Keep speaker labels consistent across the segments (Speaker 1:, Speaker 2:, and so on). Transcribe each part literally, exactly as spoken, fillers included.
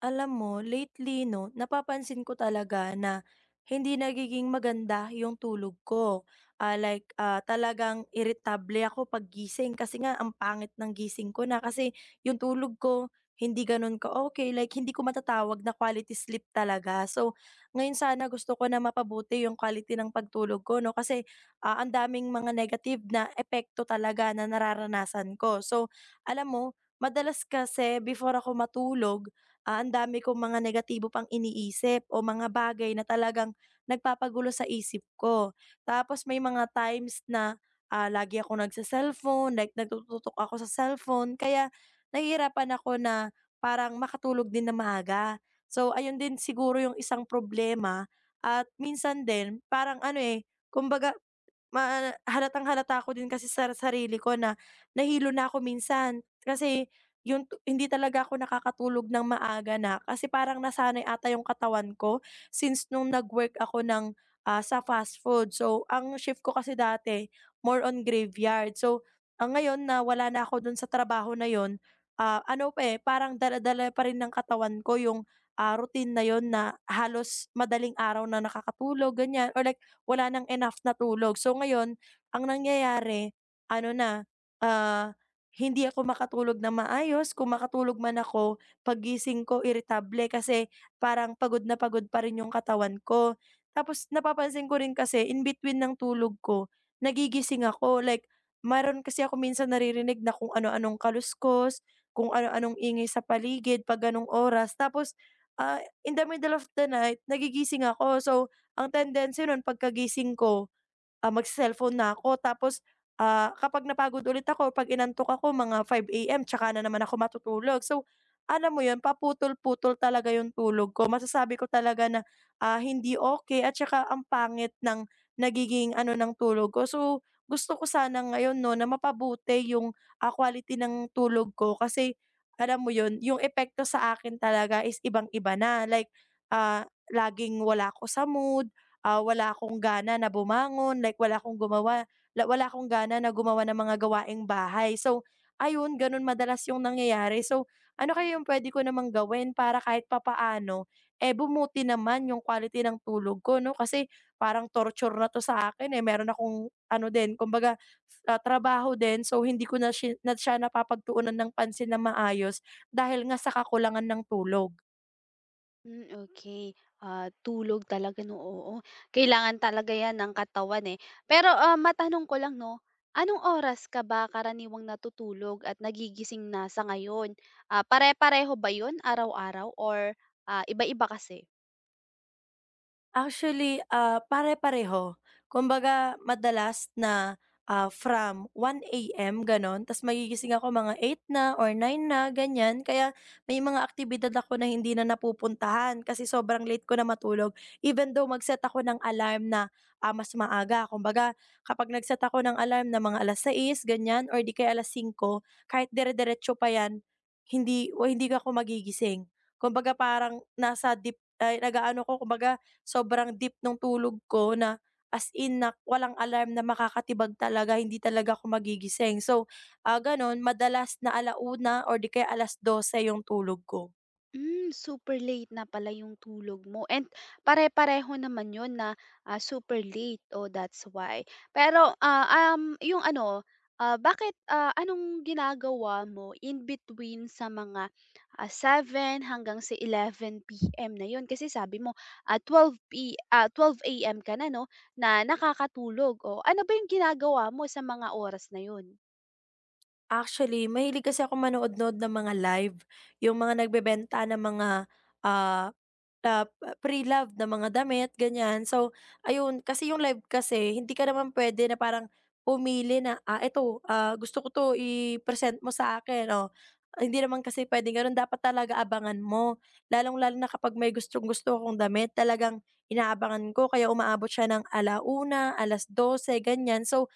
Speaker 1: Alam mo, lately, no, napapansin ko talaga na hindi nagiging maganda yung tulog ko. Ah, like, ah, talagang irritable ako pag gising kasi nga ang pangit ng gising ko na kasi yung tulog ko hindi ganun ka okay. Like, hindi ko matatawag na quality sleep talaga. So, ngayon sana gusto ko na mapabuti yung quality ng pagtulog ko, no? Kasi ah, ang daming mga negative na epekto talaga na nararanasan ko. So, alam mo, madalas kasi before ako matulog, ah, ang dami kong mga negatibo pang iniisip o mga bagay na talagang nagpapagulo sa isip ko. Tapos may mga times na, ah, lagi akong nagse-cellphone, like nagtututok ako sa cellphone kaya nahihirapan ako na parang makatulog din na maaga. So, ayun din siguro yung isang problema at minsan din parang ano, eh, kumbaga Ma halatang-halata ko din kasi sa sarili ko na nahilo na ako minsan. Kasi yung tu hindi talaga ako nakakatulog ng maaga na kasi parang nasanay ata yung katawan ko since nung nag-work ako ng, ah, sa fast food. So, ang shift ko kasi dati more on graveyard. So, ang ngayon na wala na ako dun sa trabaho na yon ah, ano pa, eh, parang dala-dala pa rin ng katawan ko yung, ah, routine na yon na halos madaling araw na nakakatulog, ganyan or like wala nang enough na tulog. So ngayon, ang nangyayari ano na, ah, hindi ako makatulog na maayos, kung makatulog man ako, pagising ko irritable kasi parang pagod na pagod pa rin yung katawan ko. Tapos napapansin ko rin kasi in between ng tulog ko, nagigising ako. Like meron kasi ako minsan naririnig na kung ano-anong kaluskos, kung ano-anong ingay sa paligid 'pag gano'ng oras. Tapos, ah, in the middle of the night nagigising ako. So ang tendency nun pagkagising ko, ah, magse-cellphone na ako tapos, ah, kapag napagod ulit ako, 'pag inantok ako mga five a m tsaka na naman ako matutulog. So, alam mo yun, paputol-putol talaga yung tulog ko. Masasabi ko talaga na, ah, hindi okey at saka ang pangit ng nagiging ano ng tulog ko. So, gusto ko sana ngayon 'no na mapabuti yung, ah, quality ng tulog ko kasi alam mo yun, yung epekto sa akin talaga is ibang-iba na. Like, ah, laging wala ako sa mood, ah, wala akong gana na bumangon, like wala akong gumawa la wala akong gana na gumawa ng mga gawaing bahay. So, ayun gano'n madalas yung nangyayari. So, ano kaya yung puwede ko namang gawin para kahit papaano, eh, bumuti naman yung quality ng tulog ko 'no? Kasi parang torture na 'to sa akin eh, meron akong ano din kumbaga, ah, trabaho din so hindi ko na shi na siya napapagtuunan ng pansin na maayos dahil nga sa kakulangan ng tulog.
Speaker 2: Hmm, okay. Ah, tulog talaga 'no, oo. Kailangan talaga 'yan ng katawan, eh. Pero, ah, matanong ko lang 'no, anong oras ka ba karaniwang natutulog at nagigising na sa ngayon? Ah, pare-pareho ba 'yun araw-araw or, ah, iba-iba kasi?
Speaker 1: Actually, ah, pare-pareho. Kumbaga madalas na, ah, from one a m gano'n, ta's magigising ako mga eight na or nine na ganyan. Kaya may mga aktibidad ako na hindi na napupuntahan kasi sobrang late ko na matulog. Even though mag-set ako ng alarm na, ah, mas maaga. Kumbaga kapag nag-set ako ng alarm na mga alas sais ganyan or 'di kaya alas singko, kahit dire-diretso pa 'yan, hindi o hindi ako magigising. Kumbaga parang nasa deep ay nag-aano ko kumbaga sobrang deep nung tulog ko na as in na walang alarm na makakatibag talaga, hindi talaga ako magigising. So, ah, gano'n madalas na alauna or di kaya alas dose yung tulog ko.
Speaker 2: Hmm, super late na pala yung tulog mo, and pare-pareho naman yun na, ah, super late. Oh, that's why. Pero, ah, um, yung ano, ah, bakit, ah, anong ginagawa mo in between sa mga, ah, seven hanggang sa eleven p m na yun? Kasi sabi mo, ah, twelve P ah, twelve a m ka na 'no, na nakakatulog. Oh, ano ba yung ginagawa mo sa mga oras na yun?
Speaker 1: Actually, mahilig kasi ako manood-nood ng mga live, yung mga nagbebenta ng mga, ah, ah, pre-loved na mga damit, ganyan. So, ayun, kasi yung live kasi hindi ka naman pwede na parang pumili na, "Ah, eto, ah, gusto ko 'to, i-present mo sa akin." Oh, hindi naman kasi pwede, gano'n, dapat talaga abangan mo. Lalong-lalo na kapag may gustong-gusto akong damit, talagang inaabangan ko kaya umaabot siya ng ala una, alas dose, ganyan. So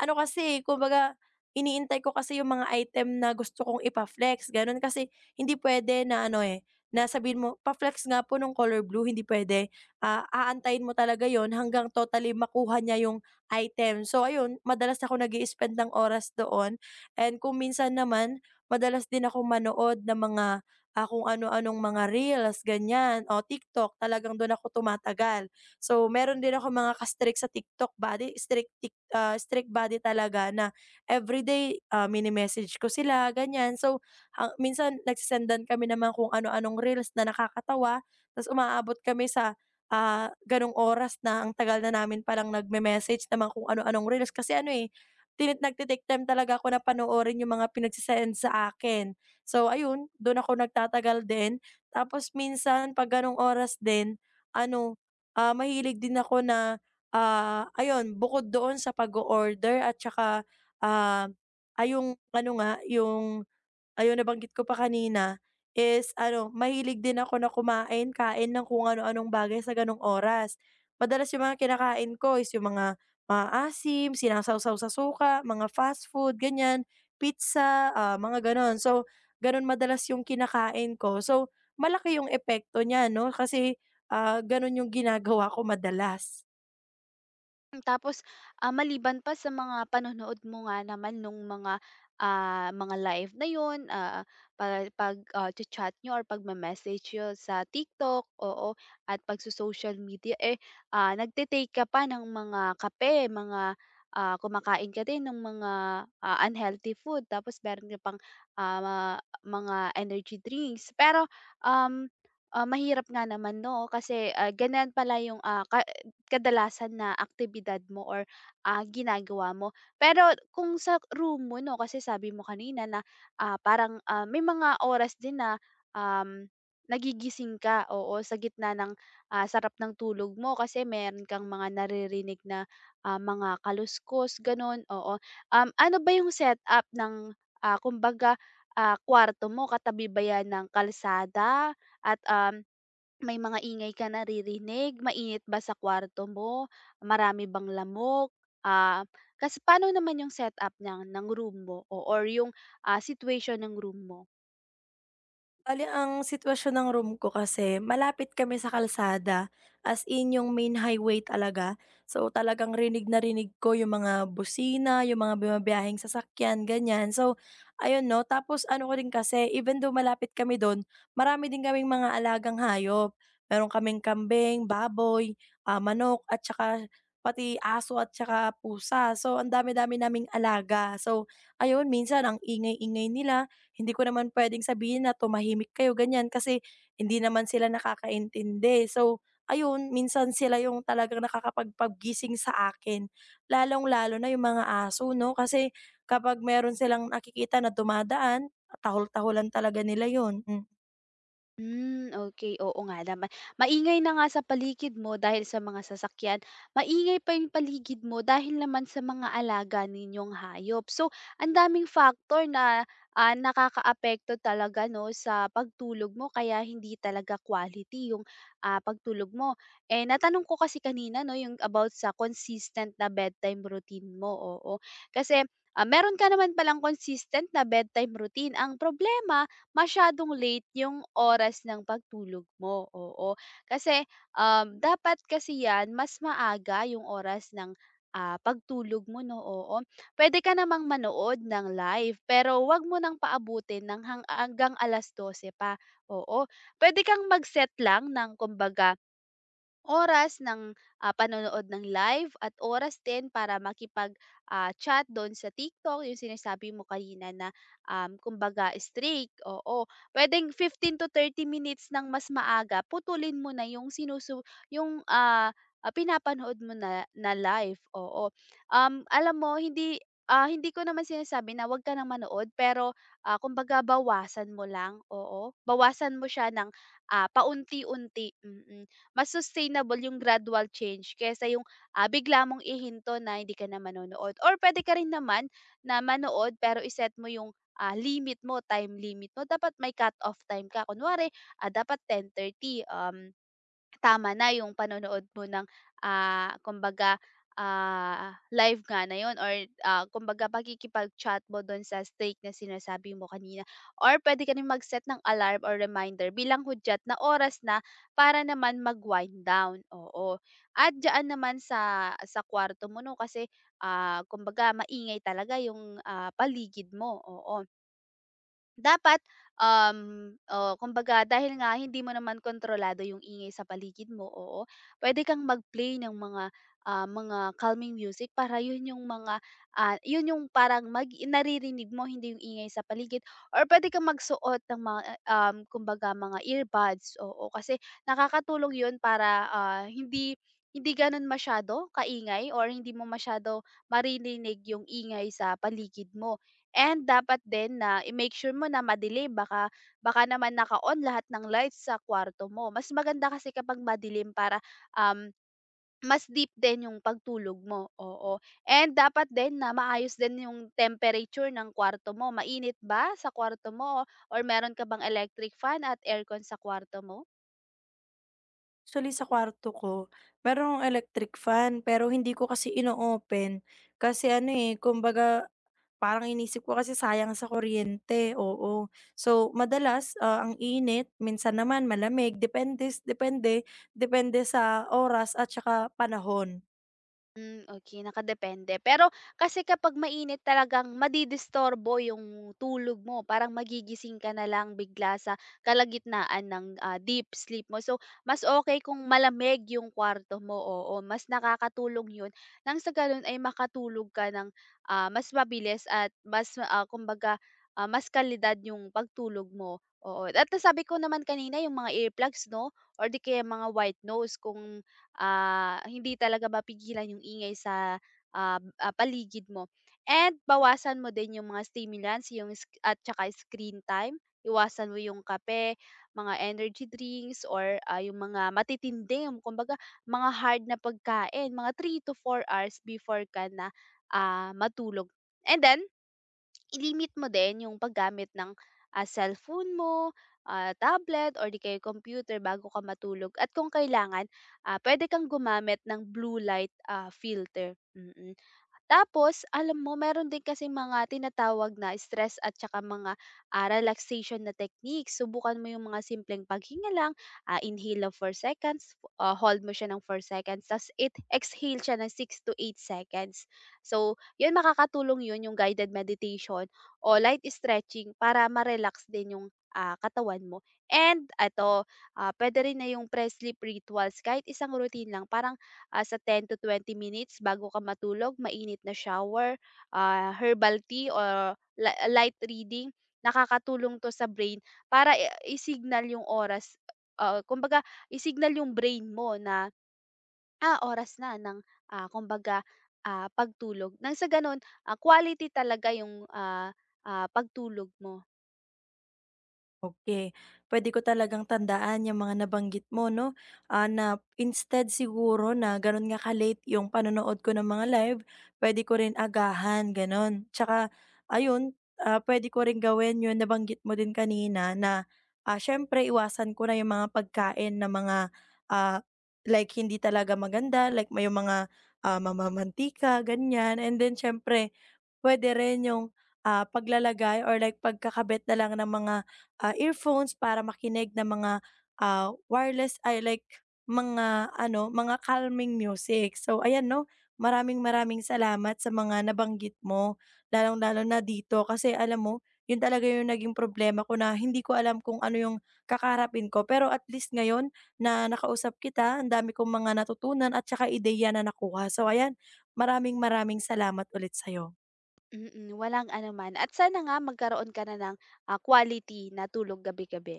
Speaker 1: ano kasi, eh, kumbaga iniintay ko kasi yung mga item na gusto kong ipa-flex, gano'n. Kasi hindi pwede na ano, eh, na sabihin mo, "Pa-flex nga po ng color blue." Hindi pwede. Ah, aantayin mo talaga yon hanggang totally makuha niya yung item. So ayun, madalas ako nag spend ng oras doon and kung minsan naman, madalas din ako manood ng mga, ah, kung ano-anong mga reels, ganiyan o TikTok. Talagang do'n ako tumatagal. So, meron din ako mga ka-strict sa TikTok buddy, strict tik ah, strict buddy talaga na everyday, ah, mini-message ko sila ganyan. So, ah, minsan nagse-sendan kami ng mga kung ano-anong reels na nakakatawa tapos umaabot kami sa, ah, gano'ng oras na ang tagal na namin palang nagme-message ng mga kung ano-anong reels kasi ano, eh, tinit nagte time talaga ako na panoorin yung mga pinagse sa akin. So, ayun, dun ako nagtatagal din tapos minsan 'pag gano'ng oras din ano ah, mahilig din ako na, ah, ayun bukod doon sa pag order at saka, ah, ay yung ano nga, yung ayun nabanggit ko pa kanina, is ano, mahilig din ako na kumain, kain ng kung ano-anong bagay sa gano'ng oras. Madalas yung mga kinakain ko is yung mga maasim, sinasawsaw sa suka, mga fast food, ganyan, pizza, ah, mga gano'n. So, gano'n madalas yung kinakain ko. So, malaki yung epekto niya, 'no, kasi, ah, gano'n yung ginagawa ko madalas.
Speaker 2: Hmm, tapos, ah, maliban pa sa mga panonood mo nga naman nung mga, ah, mga live na yon ah, pa pag, ah, chat niyo or pagme-message niyo sa TikTok, oo, at pagso-social media, eh, ah, nagte-take ka pa ng mga kape, mga, ah, kumakain ka din ng mga, ah, unhealthy food tapos meron ka pang, ah, ma- mga energy drinks. Pero, um, ah, mahirap nga naman 'no, kasi, ah, ganyan pala yung, ah, ka kadalasan na aktibidad mo or, ah, ginagawa mo. Pero kung sa room mo 'no, kasi sabi mo kanina na, ah, parang, ah, may mga oras din na, um, nagigising ka, oo, sa gitna ng, ah, sarap ng tulog mo kasi meron kang mga naririnig na, ah, mga kaluskos gano'n, oo. Um, ano ba yung setup ng, ah, kumbaga, ah, kuwarto mo, katabi ba 'yan ng kalsada at, um may mga ingay ka naririnig? Mainit ba sa kwarto mo? Marami bang lamok? Ah, kasi paano naman yung setup niya ng room mo o or yung, ah, situation ng room mo?
Speaker 1: Bale ang sitwasyon ng room ko kasi malapit kami sa kalsada, as in yung main highway talaga. So talagang rinig na rinig ko yung mga busina, yung mga bumabiyaheng sasakyan, ganyan. So ayun 'no, tapos ano ko din kasi even though malapit kami dun, marami din kaming mga alagang hayop. Meron kaming kambing, baboy, ah, manok at tsaka pati aso at tsaka pusa. So ang dami-dami naming alaga. So ayun minsan ang ingay-ingay nila. Hindi ko naman puwedeng sabihin na tumahimik kayo ganyan kasi hindi naman sila nakakaintindi. So, ayun minsan sila yung talagang nakakapagpagising sa akin, lalong-lalo na yung mga aso 'no, kasi kapag meron silang nakikita na dumadaan, tahol-taholan talaga nila yun. Hmm.
Speaker 2: Hmm, okay. Oo nga naman. Maingay na nga sa paligid mo dahil sa mga sasakyan, maingay pa yung paligid mo dahil naman sa mga alaga ninyong hayop. So, ang daming factor na, ah, nakakaapekto talaga 'no sa pagtulog mo kaya hindi talaga quality yung, ah, pagtulog mo. Eh, natanong ko kasi kanina 'no yung about sa consistent na bedtime routine mo, oo. Kasi, ah, meron ka naman palang consistent na bedtime routine. Ang problema masyadong late yung oras ng pagtulog mo, oo. Kasi, um, dapat kasi 'yan mas maaga yung oras ng, ah, pagtulog mo 'no, oo. Pwede ka namang manood ng live, pero wag mo nang paabutin ng hang hanggang alas dose pa, oo. Pwede kang mag-set lang ng kumbaga oras ng, ah, panonood ng live at oras din para makipag, ah, chat do'n sa TikTok, yung sinasabi mo kanina na, um, kumbaga strict, oo. Pwedeng fifteen to thirty minutes ng mas maaga, putulin mo na yung sinusu yung, ah, ah, pinapanood mo na na live, oo. Um, alam mo, hindi, ah, hindi ko naman sinasabi na 'wag ka ng manood pero, ah, kumbaga bawasan mo lang, oo. Bawasan mo siya ng, ah, paunti-unti. mm. Mm mas sustainable yung gradual change kaysa yung, ah, bigla mong ihinto na hindi ka na manonood or puwede ka rin naman na manood pero iset mo yung, ah, limit mo, time limit mo. Dapat may cut-off time ka. Kunwari, ah, dapat ten thirty, um tama na yung panonood mo ng, ah, kumbaga, ah, live nga na yun or, ah, kumbaga pakikipag-chat mo dun sa stake na sinasabi mo kanina or puwede ka rin mag-set ng alarm or reminder bilang hudyat na oras na para naman mag-wind down, oo. At diyaan naman sa sa kwarto mo 'no kasi, ah, kumbaga maingay talaga yung, ah, paligid mo, oo. Dapat, um, oh, kumbaga dahil nga hindi mo naman kontrolado yung ingay sa paligid mo, oo, pwede kang mag-play ng mga, ah, mga calming music para yun yung mga, ah, yun yung parang mag naririnig mo hindi yung ingay sa paligid or pwede kang magsuot ng mga, ah, um, kumbaga mga earbuds, oo. Kasi nakakatulong yun para, ah, hindi hindi gano'n masyado kaingay or hindi mo masyado maririnig yung ingay sa paligid mo. And dapat din na i-make sure mo na madilim baka baka naman naka-on lahat ng lights sa kwarto mo. Mas maganda kasi kapag madilim para, um, mas deep din yung pagtulog mo, oo. And dapat din na maayos din yung temperature ng kwarto mo. Mainit ba sa kwarto mo or meron ka bang electric fan at aircon sa kwarto mo?
Speaker 1: Actually sa kwarto ko, meron electric fan pero hindi ko kasi ino-open kasi ano, eh, kumbaga parang inisip ko kasi sayang sa kuryente, oo. So, madalas, ah, ang init, minsan naman malamig, depende depende depende sa oras at saka panahon.
Speaker 2: Hmm, okay, nakadepende. Pero kasi kapag mainit talagang madidisturbo yung tulog mo, parang magigising ka na lang bigla sa kalagitnaan ng, ah, deep sleep mo. So, mas okay kung malamig yung kwarto mo, oo, mas nakakatulong yun nang sa gano'n ay makatulog ka ng, ah, mas mabilis at mas, ah, kumbaga, ah, mas kalidad yung pagtulog mo, oo. At nasabi ko naman kanina yung mga earplugs 'no or di kaya mga white noise kung ah, hindi talaga mapigilan yung ingay sa, ah, b- ah, paligid mo. And bawasan mo din yung mga stimulants, yung sk at tsaka screen time. Iwasan mo yung kape, mga energy drinks or, ah, yung mga matitindi, yung kumbaga mga hard na pagkain, mga three to four hours before ka na, ah, matulog. And then I-limit mo din yung paggamit ng, ah, cellphone mo, ah, tablet or di kaya computer bago ka matulog at kung kailangan, ah, pwede kang gumamit ng blue light, ah, filter. mm. mm. Tapos alam mo meron din kasing mga tinatawag na stress at tsaka mga, ah, relaxation na techniques. Subukan mo yung mga simpleng paghinga lang, ah, inhale of four seconds, ah, hold mo siya ng four seconds ta's it exhale siya ng six to eight seconds. So, yun makakatulong yun yung guided meditation o light stretching para ma-relax din yung, ah, katawan mo. And eto, ah, puwede rin na yung pre-sleep rituals kahit isang routine lang parang ah, sa ten to twenty minutes bago ka matulog, mainit na shower, ah, herbal tea or li light reading. Nakakatulong 'to sa brain para i i-signal yung oras, oo, kumbaga i-signal yung brain mo na, ah, oras na ng, ah, kumbaga, ah, pagtulog. Nang sa gano'n, ah, quality talaga yung, ah, ah, pagtulog mo.
Speaker 1: Okay, pwede ko talagang tandaan yung mga nabanggit mo 'no, ah, na instead siguro na gano'n nga ka-late yung panonood ko ng mga live, pwede ko rin agahan gano'n. Tsaka ayun, ah, puwede ko rin gawin yung nabanggit mo din kanina na, ah, siyempre iwasan ko na yung mga pagkain na mga, ah, like hindi talaga maganda, like may yung mga, ah, mamamantika, ganyan. And then siyempre puwede rin yung, ah, paglalagay or like pagkakabit na lang ng mga, ah, earphones para makinig ng mga, ah, wireless ay like mga ano, mga calming music. So ayan 'no, maraming-maraming salamat sa mga nabanggit mo, lalong-lalo na dito kasi alam mo, yun talaga yung naging problema ko na hindi ko alam kung ano yung kakarapin ko. Pero at least ngayon na nakausap kita, ang dami kong mga natutunan at saka ideya na nakuha. So ayan, maraming-maraming salamat ulit sa'yo.
Speaker 2: Mm, mm, walang anuman at sana nga magkaroon ka na ng, ah, quality na tulog gabi-gabi.